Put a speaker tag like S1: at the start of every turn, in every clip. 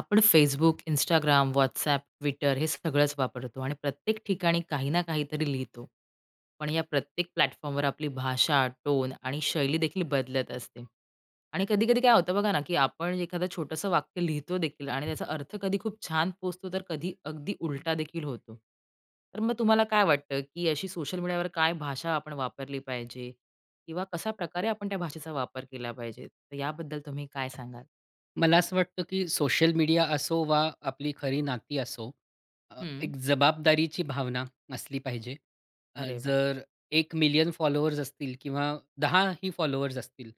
S1: आपण Facebook, Instagram, WhatsApp, Twitter हे सगळंच वापरतो आणि प्रत्येक ठिकाणी काही ना काहीतरी लिहितो. पण या प्रत्येक प्लॅटफॉर्मवर आपली भाषा, टोन आणि शैली देखील बदलत असते. आणि कधी-कधी काय होतं बघा ना, की आपण एखादं छोटंसं वाक्य लिहितो देखील आणि त्याचा अर्थ कधी खूप छान पोहोचतो, तर कधी अगदी उलटा देखील होतो. तर मग तुम्हाला काय वाटतं, की अशी सोशल मीडियावर काय भाषा आपण वापरली पाहिजे? किंवा कशा प्रकारे आपण त्या भाषेचा वापर केला पाहिजे? तर याबद्दल तुम्ही काय सांगाल?
S2: मला असं वाटतं, की सोशल मीडिया असो वा आपली खरी नाती असो,
S1: हं.
S2: एक जबाबदारीची भावना असली पाहिजे.
S1: अरे वाह!
S2: जर 1,000,000 फॉलोअर्स असतील किंवा 10 ही फॉलोअर्स असतील,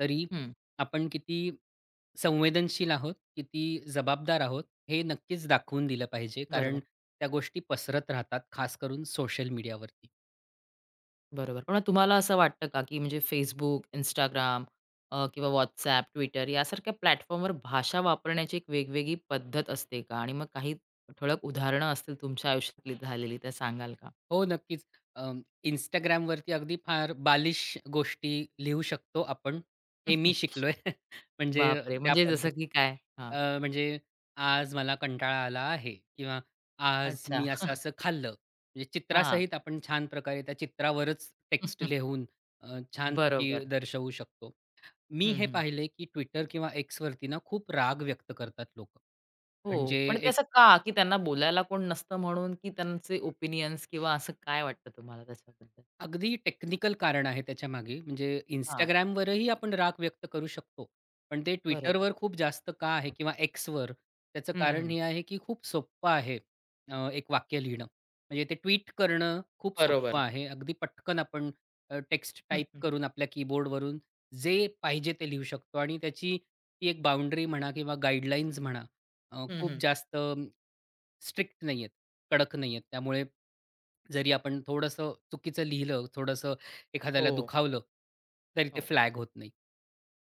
S2: तरी
S1: हं.
S2: आपण किती संवेदनशील आहोत, किती जबाबदार आहोत, हे नक्कीच दाखवून दिलं पाहिजे. कारण
S1: बरोबर,
S2: त्या गोष्टी पसरत राहतात, खास करून सोशल मीडियावरती.
S1: बरोबर. पण तुम्हाला असं वाटतं का, की म्हणजे Facebook, Instagram किंवा WhatsApp, Twitter यासारख्या प्लॅटफॉर्मवर भाषा वापरण्याची एक वेगवेगळी पद्धत असते का? आणि मग काही ठळक उदाहरणं असतील तुमच्या आयुष्यातली झालेली तर सांगाल का?
S2: हो, नक्कीच. अं, Instagramवरती अगदी फार बालिश गोष्टी लिहू शकतो आपण, हे मी शिकलोय. म्हणजे
S1: बापरे!
S2: त्या
S1: म्हणजे जसं
S2: पद्धती
S1: की काय? हां.
S2: म्हणजे आज मला कंटाळा आला आहे किंवा आज
S1: अच्छा.
S2: मी असं-असं खाल्लं. म्हणजे
S1: हां.
S2: चित्रासहित आपण छान प्रकारे त्या चित्रावरच टेक्स्ट लिहून अ, छानपैकी
S1: बरोबर.
S2: दर्शवू शकतो. मी
S1: हं,
S2: हे
S1: हं.
S2: पाहिले की Twitter किंवा Xवरती ना खूप राग व्यक्त करतात लोकं.
S1: हो.
S2: म्हणजे
S1: पण ते असं का? की त्यांना बोलायला कोण नसतं म्हणून, की त्यांचे ओपिनियन्स किंवा असं काय वाटतं तुम्हाला त्याच्याबद्दल?
S2: अगदी टेक्निकल कारण आहे त्याच्यामागे. म्हणजे
S1: हां.
S2: Instagramवरही आपण राग व्यक्त करू शकतो. पण ते
S1: बरोबर.
S2: Twitterवर खूप जास्त का आहे किंवा Xवर त्याचं
S1: हं,
S2: कारण
S1: हं.
S2: हे आहे, की खूप सोप्पं आहे एक वाक्य लिहिणं. म्हणजे ते ट्वीट करणं खूप सोपं
S1: बरोबर.
S2: आहे. अगदी पटकन आपण टेक्स्ट
S1: हं,
S2: टाइप
S1: हं.
S2: करून आपल्या कीबोर्डवरून जे पाहिजे ते लिहू शकतो आणि त्याची ती एक बाउंडरी म्हणा किंवा गाईडलाईन्स म्हणा
S1: हं,
S2: खूप
S1: हं.
S2: जास्त स्ट्रिक्ट नाहीयेत, कडक नाहीयेत. त्यामुळे जरी आपण थोडंसं चुकीचं लिहिलं, थोडंसं एखाद्याला
S1: हो,
S2: दुखावलं, तरी ते
S1: हो.
S2: फ्लॅग होत नाही.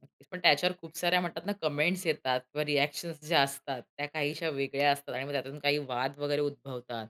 S1: नक्कीच. पण त्याच्यावर खूप साऱ्या म्हणतात ना कमेंट्स येतात किंवा रिएक्शन्स ज्या असतात, त्या काहीशा वेगळ्या असतात आणि मग त्यातून काही वाद वगैरे उद्भवतात.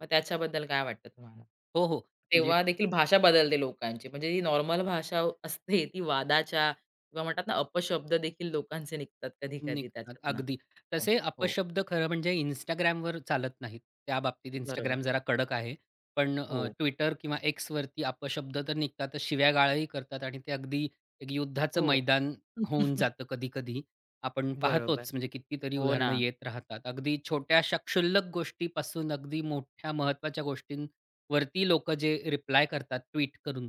S1: मग त्याच्याबद्दल काय वाटतं तुम्हाला?
S2: हो, हो. म्हणजे
S1: तेव्हा देखील भाषा बदलते लोकांची. म्हणजे ही नॉर्मल भाषा असते ती वादाच्या किंवा म्हणतात ना अपशब्द देखील लोकांचे निघतात कधी-कधी
S2: निघतात.
S1: त्याच्यातनं.
S2: अगदी.
S1: हो,
S2: तसे
S1: हो.
S2: अपशब्द खरं म्हणजे Instagramवर चालत नाहीत. त्या बाबतीत
S1: बरोबर.
S2: इंस्टाग्राम जरा कडक आहे. पण
S1: हो,
S2: Twitter किंवा Xवरती अपशब्द तर निघतातच, शिव्यागाळाही करतात आणि ते अगदी एक युद्धाचं
S1: हो.
S2: मैदान होऊन जातं कधी-कधी. आपण पाहतोच
S1: बरोबर.
S2: म्हणजे कितीतरी
S1: हो ना.
S2: उदाहरणं येत राहतात. अगदी छोट्याशा क्षुल्लक गोष्टीपासून अगदी मोठ्या महत्त्वाच्या गोष्टींवरती लोकं जे रिप्लाय करतात ट्वीट करून,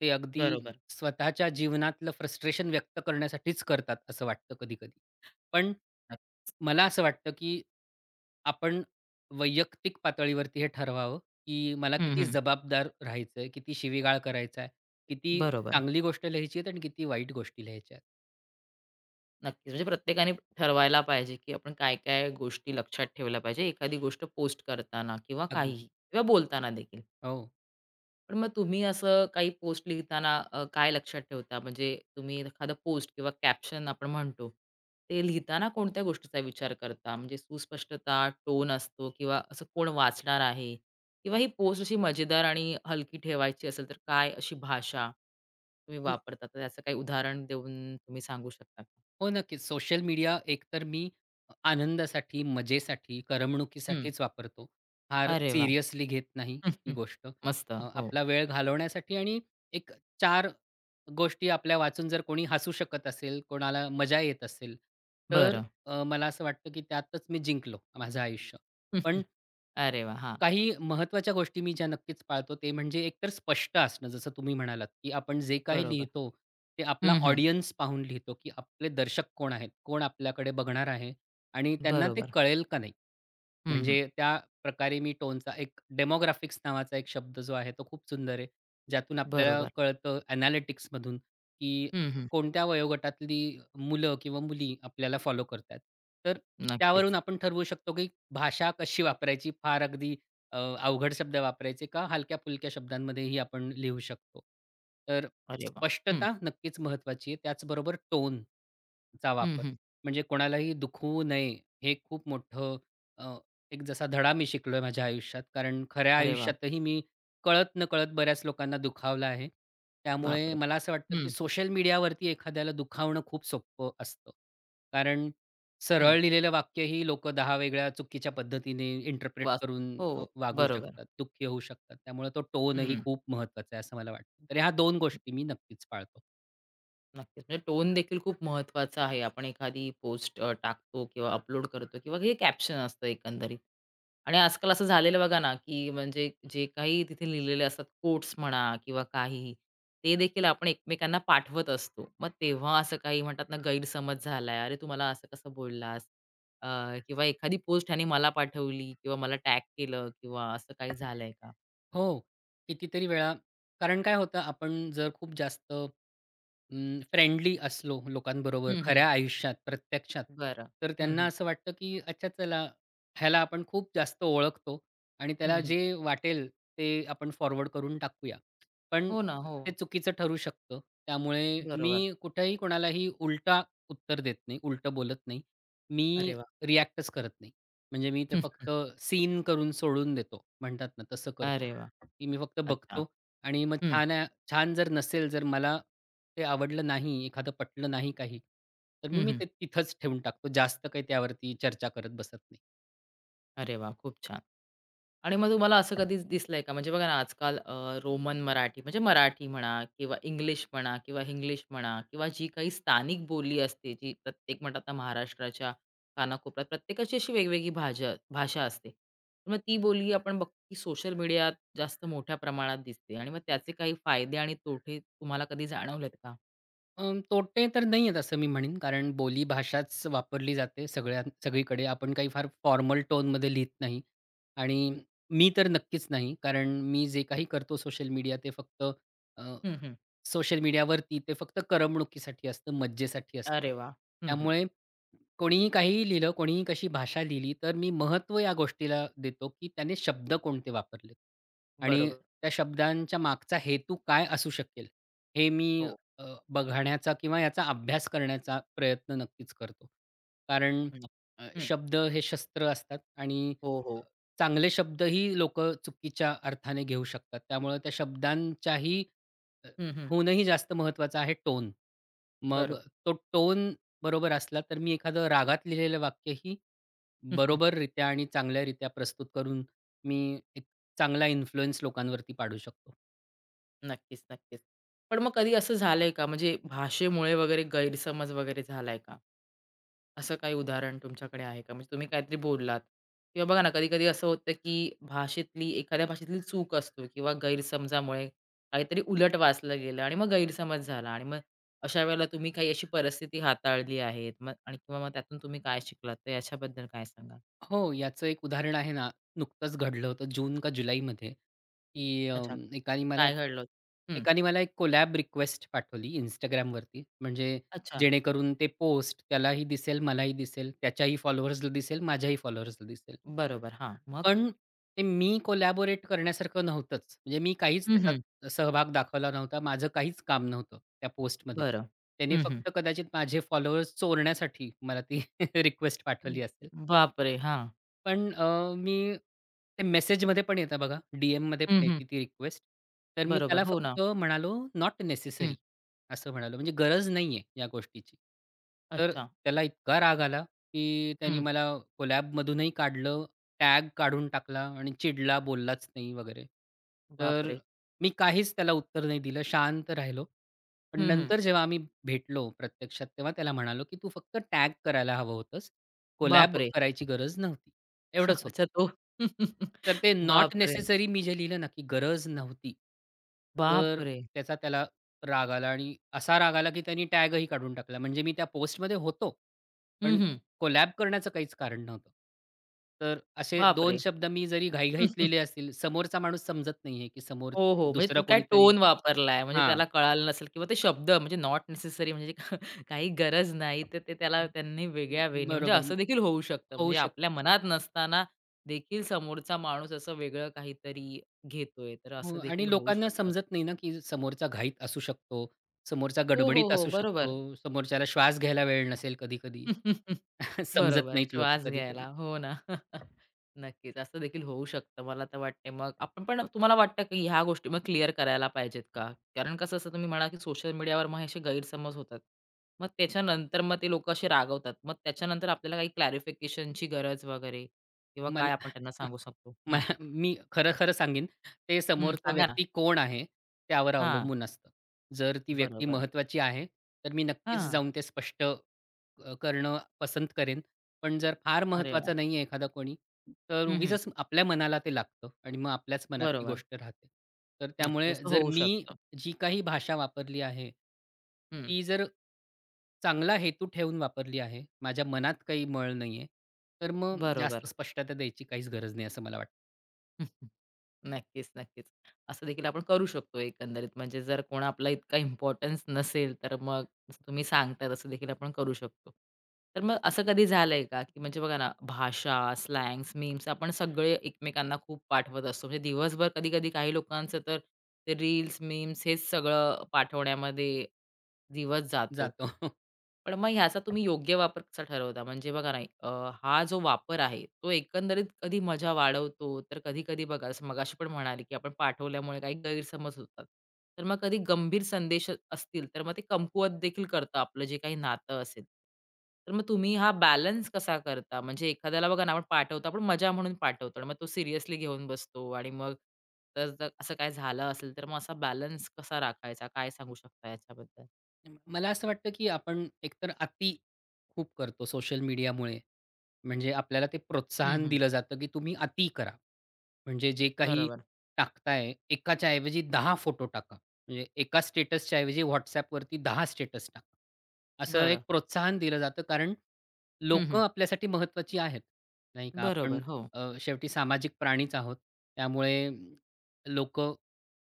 S2: ते अगदी
S1: बरोबर.
S2: स्वतःच्या जीवनातलं फ्रस्ट्रेशन व्यक्त करण्यासाठीच करतात असं वाटतं कधी-कधी. पण मला असं वाटतं, की आपण वैयक्तिक पातळीवरती हे ठरवावं, की मला
S1: हं,
S2: किती
S1: हं.
S2: जबाबदार राहायचंय, किती शिवीगाळ करायचा आहे, किती
S1: बरोबर.
S2: चांगली गोष्ट लिहायची आहे आणि किती वाईट गोष्टी लिहायच्या आहेत.
S1: नक्कीच. म्हणजे प्रत्येकाने ठरवायला पाहिजे, की आपण काय-काय गोष्टी लक्षात ठेवल्या पाहिजे एखादी गोष्ट पोस्ट करताना किंवा काहीही
S2: अगदी.
S1: किंवा बोलताना देखील.
S2: हो.
S1: पण मग तुम्ही असं काही पोस्ट लिहिताना काय लक्षात ठेवता? म्हणजे तुम्ही एखादं पोस्ट किंवा कॅप्शन आपण म्हणतो, ते लिहिताना कोणत्या गोष्टीचा विचार करता? म्हणजे सुस्पष्टता, टोन असतो किंवा असं कोण वाचणार आहे? किंवा ही पोस्ट अशी मजेदार आणि हलकी ठेवायची असेल, तर काय अशी भाषा तुम्ही वापरता? तर त्याचं काही उदाहरण देऊन तुम्ही सांगू शकता का?
S2: हो, नक्कीच. सोशल मीडिया एकतर मी आनंदासाठी, मजेसाठी,
S1: हं.
S2: करमणुकीसाठीच वापरतो. फार
S1: अरे वाह!
S2: सिरियसली घेत नाही
S1: हं,
S2: ही
S1: हं.
S2: गोष्ट.
S1: मस्त. हो.
S2: आपला वेळ घालवण्यासाठी आणि एक 4 गोष्टी आपल्या वाचून जर कोणी हसू शकत असेल, कोणाला मजा येत असेल, तर
S1: बरं.
S2: मला असं वाटतं की त्यातच मी जिंकलो माझं आयुष्य.
S1: हं,
S2: पण
S1: हं. अरे वाह! हां.
S2: काही महत्त्वाच्या गोष्टी मी ज्या नक्कीच पाळतो ते म्हणजे एकतर स्पष्ट असणं जसं तुम्ही म्हणालात, की आपण जे काही
S1: बरोबर.
S2: लिहितो ते आपला
S1: हं, हं.
S2: ऑडियन्स पाहून लिहितो, की आपले दर्शक कोण आहेत? कोण आपल्याकडे बघणार आहे? आणि त्यांना ते
S1: बरोबर.
S2: कळेल का नाही?
S1: हं, हं.
S2: म्हणजे त्या प्रकारे मी टोनचा एक डेमोग्राफिक्स नावाचा एक शब्द जो आहे तो खूप सुंदर आहे. ज्यातून आपल्याला
S1: बरोबर.
S2: कळतं एनालिटिक्समधून, की
S1: हं, हं.
S2: कोणत्या वयोगटातली मुलं किंवा मुली आपल्याला फॉलो करतायत. तर
S1: नक्कीच.
S2: त्यावरून आपण ठरवू शकतो, की भाषा कशी वापरायची फार अगदी अ, अवघड शब्द वापरायचे का हलक्या-फुलक्या शब्दांमध्येही आपण लिहू शकतो. तर
S1: अरे वाह! हं.
S2: स्पष्टता नक्कीच महत्त्वाची आहे. त्याचबरोबर टोनचा
S1: हं,
S2: वापर.
S1: हं.
S2: म्हणजे कोणालाही दुखवू नये हे खूप मोठं अ, एक जसा धडा मी शिकलोय माझ्या आयुष्यात. कारण खऱ्या
S1: अरे वाह!
S2: आयुष्यातही मी कळत-नकळत बऱ्याच लोकांना दुखावलं आहे. त्यामुळे
S1: बापरे!
S2: मला असं वाटतं, की
S1: हं,
S2: सोशल मीडियावरती एखाद्याला दुखावणं खूप सोपं असतं. कारण
S1: हं.
S2: सरळ लिहिलेलं वाक्यही लोकं 10 वेगळ्या चुकीच्या पद्धतीने इंटरप्रेट
S1: वाह!
S2: करून
S1: हो,
S2: वागू
S1: बरोबर.
S2: शकतात, दुःखी होऊ शकतात. त्यामुळे तो
S1: हं,
S2: टोनही
S1: हं.
S2: खूप महत्त्वाचा आहे असं मला वाटतं. तर ह्या 2 गोष्टी मी नक्कीच पाळतो.
S1: नक्कीच. म्हणजे टोन देखील खूप महत्त्वाचा आहे. आपण एखादी पोस्ट टाकतो किंवा अपलोड करतो किंवा हे कॅप्शन असतं एकंदरीत. आणि आजकाल असं झालेलं बघा ना, की म्हणजे जे काही तिथे लिहिलेले असतात कोट्स म्हणा किंवा काहीही, ते देखील आपण एकमेकांना पाठवत असतो. मग तेव्हा असं काही म्हणतात ना, गैरसमज झालाय, "अरे, तू मला असं कसं बोललास?" अ, किंवा एखादी पोस्ट ह्याने मला पाठवली किंवा मला टॅग केलं किंवा असं काही झालंय का?
S2: हो. कितीतरी वेळा. कारण काय होतं, आपण जर खूप जास्त फ्रेंडली असलो लोकांबरोबर
S1: हं, हं.
S2: खऱ्या आयुष्यात, प्रत्यक्षात,
S1: बरं.
S2: तर
S1: हं,
S2: त्यांना
S1: हं.
S2: असं वाटतं, की अच्छा चला, ह्याला आपण खूप जास्त ओळखतो आणि
S1: हं,
S2: त्याला
S1: हं.
S2: जे वाटेल ते आपण फॉरवर्ड करून टाकूया. पण
S1: हो ना, हो.
S2: ते चुकीचं ठरू शकतं. त्यामुळे
S1: बरोबर.
S2: मी कुठेही कोणालाही उलटा उत्तर देत नाही, उलटं बोलत नाही. मी
S1: अरे वाह!
S2: रिएक्टच करत नाही. म्हणजे मी ते फक्त सीन करून सोडून देतो म्हणतात ना, तसं करतो.
S1: अरे वाह!
S2: की मी फक्त
S1: अच्छा.
S2: बघतो आणि मग
S1: हं.
S2: छान आहे छान जर नसेल, जर मला ते आवडलं नाही, एखादं पटलं नाही काही, तर मी
S1: हं,
S2: मी
S1: हं.
S2: ते तिथंच ठेवून टाकतो. जास्त काही त्यावरती चर्चा करत बसत नाही.
S1: अरे वाह! खूप छान. आणि मग तुम्हाला असं कधीच दिसलंय का? म्हणजे बघा ना, आजकाल रोमन मराठी म्हणजे मराठी म्हणा किंवा इंग्लिश म्हणा किंवा हिंग्लिश म्हणा किंवा जी काही स्थानिक बोली असते, जी प्रत्येक म्हणतात ना, महाराष्ट्राच्या कानाकोपऱ्यात प्रत्येकाची अशी वेगवेगळी भाषा असते. तर मग ती बोली आपण बघतो, की सोशल मीडियात जास्त मोठ्या प्रमाणात दिसते आणि मग त्याचे काही फायदे आणि तोटे तुम्हाला कधी जाणवलेत का?
S2: अ, तोटे तर नाही आहेत असं मी म्हणेन, कारण बोली भाषाच वापरली जाते सगळ्या सगळीकडे. आपण काही फार फॉर्मल टोनमध्ये लिहीत नाही आणि मी तर नक्कीच नाही, कारण मी जे काही करतो सोशल मीडिया ते फक्त अ,
S1: हं, हं.
S2: सोशल मीडियावरती ते फक्त करमणुकीसाठी असतं, मज्जेसाठी असतं.
S1: अरे वा. हं, हं.
S2: त्यामुळे कोणीही काहीही लिहिलं, कोणीही कशी भाषा लिहिली, तर मी महत्त्व या गोष्टीला देतो, की त्याने शब्द कोणते वापरलेत आणि
S1: बरोबर.
S2: त्या शब्दांच्या मागचा हेतू काय असू शकेल, हे मी
S1: हो.
S2: अ, बघण्याचा किंवा याचा अभ्यास करण्याचा प्रयत्न नक्कीच करतो. कारण
S1: हं. हं.
S2: शब्द हे शस्त्र असतात आणि
S1: हो,
S2: अ,
S1: हो.
S2: चांगले शब्दही लोकं चुकीच्या अर्थाने घेऊ शकतात. त्यामुळे त्या शब्दांच्याही अ,
S1: हं, हं.
S2: हूनही जास्त महत्त्वाचा आहे टोन. मग
S1: बरोबर.
S2: तो टोन बरोबर असला, तर मी एखादं रागात लिहिलेलं वाक्यही बरोबररित्या आणि चांगल्यारीत्या प्रस्तुत करून मी एक चांगला इन्फ्लुअन्स लोकांवरती पाडू शकतो.
S1: नक्कीच, नक्कीच. पण मग कधी असं झालंय का म्हणजे भाषेमुळे वगैरे गैरसमज वगैरे झालाय का? असं काही उदाहरण तुमच्याकडे आहे का? म्हणजे तुम्ही काहीतरी बोललात किंवा बघा ना कधी-कधी असं होतं, की भाषेतली एखाद्या भाषेतली चूक असतो किंवा गैरसमजामुळे काहीतरी उलट वाचलं गेलं आणि मग गैरसमज झाला आणि मग अशा वेळेला तुम्ही काही अशी परिस्थिती हाताळली आहे मग आणि किंवा मग त्यातून तुम्ही काय शिकलात? तर याच्याबद्दल काय सांगाल?
S2: हो, याचं एक उदाहरण आहे ना, नुकतंच घडलं होतं जून का जुलैमध्ये, की
S1: अच्छा.
S2: एकाने मला
S1: काय घडलं. हं.
S2: एकाने मला एक कोलॅब रिक्वेस्ट पाठवली Instagramवरती. म्हणजे
S1: अच्छा.
S2: जेणेकरून ते पोस्ट त्यालाही दिसेल, मलाही दिसेल, त्याच्याही फॉलोअर्सला दिसेल, माझ्याही फॉलोअर्सला दिसेल.
S1: बरोबर. हां. मग?
S2: पण ते मी कोलॅबोरेट करण्यासारखं नव्हतंच. म्हणजे मी काहीच
S1: हं, हं.
S2: त्याच्यात सहभाग दाखवला नव्हता. माझं काहीच काम नव्हतं त्या पोस्टमध्ये.
S1: बरं.
S2: त्याने
S1: हं, हं.
S2: फक्त कदाचित माझे फॉलोअर्स चोरण्यासाठी मला ती रिक्वेस्ट पाठवली असेल.
S1: बापरे! हां.
S2: पण मी ते मेसेजमध्ये पण येतं बघा, डी-एममध्ये
S1: हं,
S2: पण
S1: हं.
S2: येते ती रिक्वेस्ट. तर मी
S1: बरोबर.
S2: त्याला
S1: हो ना.
S2: फक्त म्हणालो, "नॉट
S1: हं.
S2: नेसेसरी" असं म्हणालो. म्हणजे गरज नाहीये या गोष्टीची. तर
S1: अच्छा.
S2: त्याला इतका राग आला, की त्यानी
S1: हं.
S2: मला कोलॅबमधूनही काढलं, टॅग काढून टाकला आणि चिडला, बोललाच नाही वगैरे. तर
S1: बापरे!
S2: मी काहीच त्याला उत्तर नाही दिलं, शांत राहिलो. पण
S1: हं, हं.
S2: नंतर जेव्हा आम्ही भेटलो प्रत्यक्षात, तेव्हा त्याला म्हणालो, की "तू फक्त टॅग करायला हवं होतंस. कोलॅब
S1: बापरे!
S2: करायची गरज नव्हती. एवढंच होतं.
S1: अच्छा तो
S2: तर ते नॉट
S1: बापरे!
S2: नेसेसरी मी जे लिहिलं ना, की गरज नव्हती. तर
S1: बापरे!
S2: त्याचा त्याला राग आला आणि असा राग आला, की त्यांनी टॅगही काढून टाकला. म्हणजे मी त्या पोस्टमध्ये होतो,
S1: हं,
S2: पण
S1: हं.
S2: कोलॅब करण्याचं काहीच कारण नव्हतं. तर असे
S1: बापरे!
S2: दोन शब्द मी जरी घाईघाईत लिहिले असतील, समोरचा माणूस समजत नाहीये, की समोर
S1: हो, हो. म्हणजे
S2: दुसरं
S1: तू काय
S2: कोणीतरी
S1: टोन वापरलाय म्हणजे
S2: हां,
S1: त्याला कळालं नसेल किंवा ते शब्द म्हणजे नॉट नेसेसरी म्हणजे काही गरज नाही, तर ते त्याला त्यांनी वेगळ्या वेने म्हणजे
S2: बरोबर
S1: असं देखील होऊ शकतं.
S2: होऊ
S1: म्हणजे
S2: शकतं.
S1: आपल्या मनात नसताना देखील समोरचा माणूस असं वेगळं काहीतरी घेतोय, तर
S2: हो
S1: असं देखील
S2: आणि
S1: होऊ
S2: लोकांना
S1: शकतं.
S2: समजत नाही ना, की समोरचा घाईत असू शकतो, समोरचा
S1: हो, हो,
S2: गडबडीत
S1: हो.
S2: असू
S1: बरोबर.
S2: शकतो, समोरच्याला श्वास घ्यायला वेळ नसेल कधी-कधी. समजत
S1: बरोबर.
S2: नाहीत लोकं
S1: श्वास घ्यायला.
S2: कधी-कधी.
S1: हो ना. नक्कीच. असं देखील होऊ शकतं. मला तर वाटते मग आपण पण तुम्हाला वाटतं की ह्या गोष्टी मग क्लिअर करायला पाहिजेत का? कारण कसं असतं तुम्ही म्हणाला की सोशल मीडियावर मग हे असे गैरसमज होतात. मग त्याच्यानंतर मग ते लोकं असे रागवतात. मग त्याच्यानंतर आपल्याला काही क्लॅरिफिकेशनची गरज वगैरे किंवा काय आपण त्यांना
S2: मला
S1: सांगू शकतो?
S2: म
S1: हं,
S2: मी खरं-खरं सांगेन, ते
S1: हं.
S2: समोरचा
S1: सांगा ना.
S2: व्यक्ती कोण आहे, त्यावर
S1: हां.
S2: अवलंबून असतं. जर ती व्यक्ती
S1: बरोबर.
S2: महत्वाची आहे, तर मी नक्कीच
S1: हां.
S2: जाऊन ते स्पष्ट करणं पसंत करेन. पण जर फार
S1: अरे वाह!
S2: महत्त्वाचं नाहीये एखादा कोणी, तर
S1: हं, हं.
S2: उगीचच आपल्या मनाला ते लागतं आणि मग आपल्याच मनात ती
S1: बरोबर.
S2: गोष्ट राहते. तर
S1: नक्कीच
S2: त्यामुळे
S1: असं
S2: जर
S1: होऊ
S2: मी
S1: शकतं.
S2: जी काही भाषा वापरली आहे,
S1: हं.
S2: ती जर चांगला हेतू ठेवून वापरली आहे, माझ्या मनात काही मळ नाहीये, तर मग जास्त
S1: बरोबर.
S2: स्पष्टता द्यायची काहीच गरज नाही असं मला वाटतं.
S1: नक्कीच, नक्कीच. असं देखील आपण करू शकतो एकंदरीत. म्हणजे जर कोण आपला इतका इम्पोर्टन्स नसेल, तर मग जसं तुम्ही सांगता तसं देखील आपण करू शकतो. तर मग असं कधी झालंय का, की म्हणजे बघा ना, भाषा, स्लँग्स, मीम्स आपण सगळे एकमेकांना खूप पाठवत असतो. म्हणजे दिवसभर कधी-कधी काही लोकांचं तर ते रील्स, मीम्स हेच सगळं पाठवण्यामध्ये दिवस जातो.
S2: जातो.
S1: पण मग ह्याचा तुम्ही योग्य वापर कसा ठरवता? म्हणजे बघा ना, हा जो वापर आहे, तो एकंदरीत कधी मजा वाढवतो, तर कधी-कधी बघा, जसं मगाशी पण म्हणाले, की आपण पाठवल्यामुळे काही गैरसमज होतात. तर मग कधी गंभीर संदेश असतील, तर मग ते कमकुवत देखील करतं आपलं जे काही नातं असेल. तर मग तुम्ही हा बॅलन्स कसा करता? म्हणजे एखाद्याला बघा ना, आपण पाठवतो, आपण मजा म्हणून पाठवतो आणि मग तो सिरियसली घेऊन बसतो आणि मग तर जर असं काही झालं असेल, तर मग असा बॅलन्स कसा राखायचा? काय सांगू शकता याच्याबद्दल?
S2: मला असं वाटतं, की आपण एकतर अति खूप करतो सोशल मीडियामुळे. म्हणजे आपल्याला ते
S1: हं,
S2: प्रोत्साहन
S1: हं.
S2: दिलं जातं, की तुम्ही अति करा. म्हणजे जे काही
S1: बरोबर.
S2: टाकताय, एकाच्या ऐवजी 10 फोटो टाका. म्हणजे एका स्टेटसच्या ऐवजी WhatsAppवरती 10 स्टेटस टाका. असं
S1: बरं.
S2: एक प्रोत्साहन दिलं जातं, कारण
S1: हं, हं.
S2: लोकं आपल्यासाठी महत्त्वाची आहेत, नाही का? आपण
S1: बरोबर. हो.
S2: शेवटी सामाजिक प्राणीच आहोत. त्यामुळे लोकं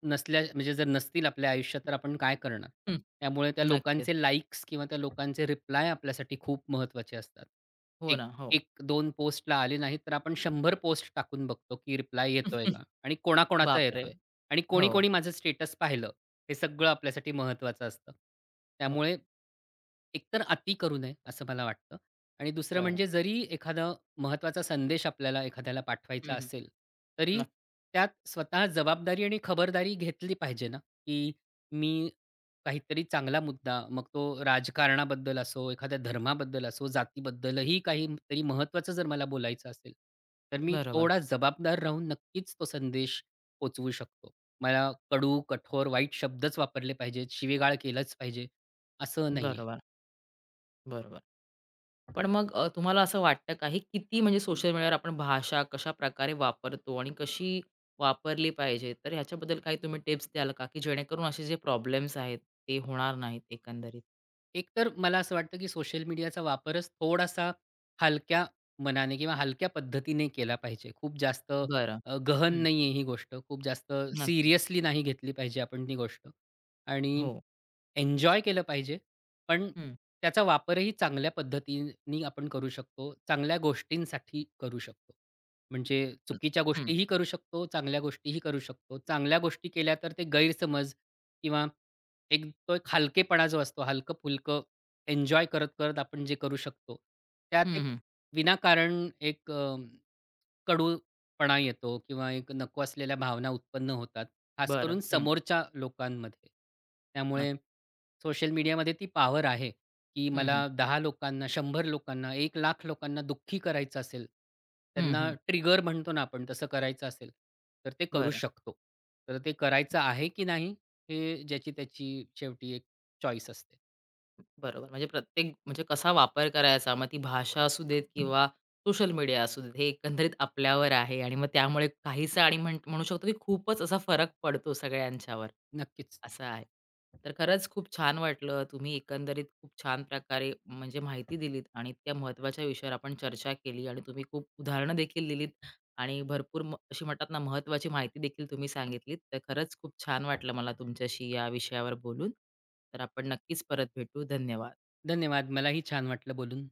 S2: नसल्या म्हणजे जर नसतील आपल्या आयुष्यात तर आपण काय करणार?
S1: हं.
S2: त्यामुळे त्या
S1: नक्कीच.
S2: लोकांचे लाइक्स किंवा त्या लोकांचे रिप्लाय आपल्यासाठी खूप महत्त्वाचे असतात.
S1: हो
S2: एक
S1: ना. हो.
S2: 1-2 पोस्टला आले नाहीत तर आपण 100 पोस्ट टाकून बघतो, की रिप्लाय येतोय का? आणि कोणाकोणाचा
S1: बापरे!
S2: येतोय? आणि
S1: हो.
S2: कोणी-कोणी माझं स्टेटस पाहिलं? हे सगळं आपल्यासाठी महत्त्वाचं असतं.
S1: हो.
S2: त्यामुळे एकतर अति करू नये असं मला वाटतं. आणि दुसरं
S1: बरं.
S2: म्हणजे जरी एखादा महत्त्वाचा संदेश आपल्याला एखाद्याला
S1: हं,
S2: पाठवायचा
S1: हं.
S2: असेल, तरी
S1: नक्की.
S2: त्यात स्वतः जबाबदारी आणि खबरदारी घेतली पाहिजे ना, की मी काहीतरी चांगला मुद्दा, मग तो राजकारणाबद्दल असो, एखाद्या धर्माबद्दल असो, जातीबद्दलही काहीतरी महत्त्वाचं जर मला बोलायचं असेल, तर मी
S1: बरोबर.
S2: थोडा जबाबदार राहून नक्कीच तो संदेश पोहोचवू शकतो. मला कडू, कठोर, वाईट शब्दच वापरले पाहिजेत, शिवीगाळ केलंच पाहिजे, असं नाही
S1: बरोबर. बरोबर. पण मग तुम्हाला असं वाटतं का, हे किती म्हणजे सोशल मीडियावर आपण भाषा कशाप्रकारे वापरतो आणि कशी वापरली पाहिजे? तर ह्याच्याबद्दल काही तुम्ही टिप्स द्याल का, की जेणेकरून असे जे प्रॉब्लेम्स आहेत, ते होणार नाहीत एकंदरीत?
S2: एकतर मला असं वाटतं, की सोशल मीडियाचा वापरच थोडासा हलक्या मनाने किंवा हलक्या पद्धतीने केला पाहिजे. खूप जास्त
S1: बरं.
S2: गहन
S1: हं.
S2: नाही आहे ही गोष्ट. खूप जास्त
S1: नक्कीच.
S2: सीरियसली नाही घेतली पाहिजे आपण ती गोष्ट. आणि
S1: हो.
S2: एन्जॉय केलं पाहिजे, पण
S1: हं.
S2: त्याचा वापरही चांगल्या पद्धतीने आपण करू शकतो. चांगल्या गोष्टींसाठी करू शकतो. म्हणजे
S1: हं.
S2: चुकीच्या
S1: हं.
S2: गोष्टीही करू शकतो, चांगल्या गोष्टीही करू शकतो. चांगल्या गोष्टी केल्या तर ते गैरसमज किंवा एक तो एक हलकेपणा जो असतो, हलकं-फुलकं एन्जॉय करत-करत आपण जे करू शकतो, त्यात एक
S1: हं,
S2: विनाकारण एक कडूपणा येतो किंवा एक नको असलेल्या भावना उत्पन्न होतात, खास
S1: बरं.
S2: करून
S1: हं.
S2: समोरच्या लोकांमध्ये. त्यामुळे
S1: नक्की.
S2: सोशल मीडियामध्ये ती पावर आहे, की
S1: हं, हं.
S2: मला 10 लोकांना, 100 लोकांना, 1,00,000 लोकांना दुःखी करायचं असेल,
S1: हं,
S2: त्यांना
S1: हं.
S2: ट्रिगर म्हणतो ना आपण, तसं करायचं असेल, तर ते करू
S1: बरं.
S2: शकतो. तर ते करायचं आहे की नाही, हे ज्याची त्याची शेवटी एक चॉईस असते.
S1: बरोबर. म्हणजे प्रत्येक म्हणजे कसा वापर करायचा, मग ती भाषा असू देत किंवा सोशल मीडिया असू देत, हे एकंदरीत आपल्यावर आहे आणि मग त्यामुळे काहीसा आणि म्हण म्हणू शकतो, की खूपच असा फरक पडतो सगळ्यांच्यावर,
S2: नक्कीच.
S1: असं आहे. तर खरंच खूप छान वाटलं. तुम्ही एकंदरीत खूप छान प्रकारे म्हणजे माहिती दिलीत आणि इतक्या महत्त्वाच्या विषयावर आपण चर्चा केली आणि तुम्ही खूप उदाहरणं देखील दिलीत. आणि भरपूर अशी म्हणतात ना, महत्त्वाची माहिती देखील तुम्ही सांगितलीत. तर खरंच खूप छान वाटलं मला तुमच्याशी या विषयावर बोलून. तर आपण नक्कीच परत भेटू. धन्यवाद.
S2: धन्यवाद. मलाही छान वाटलं बोलून.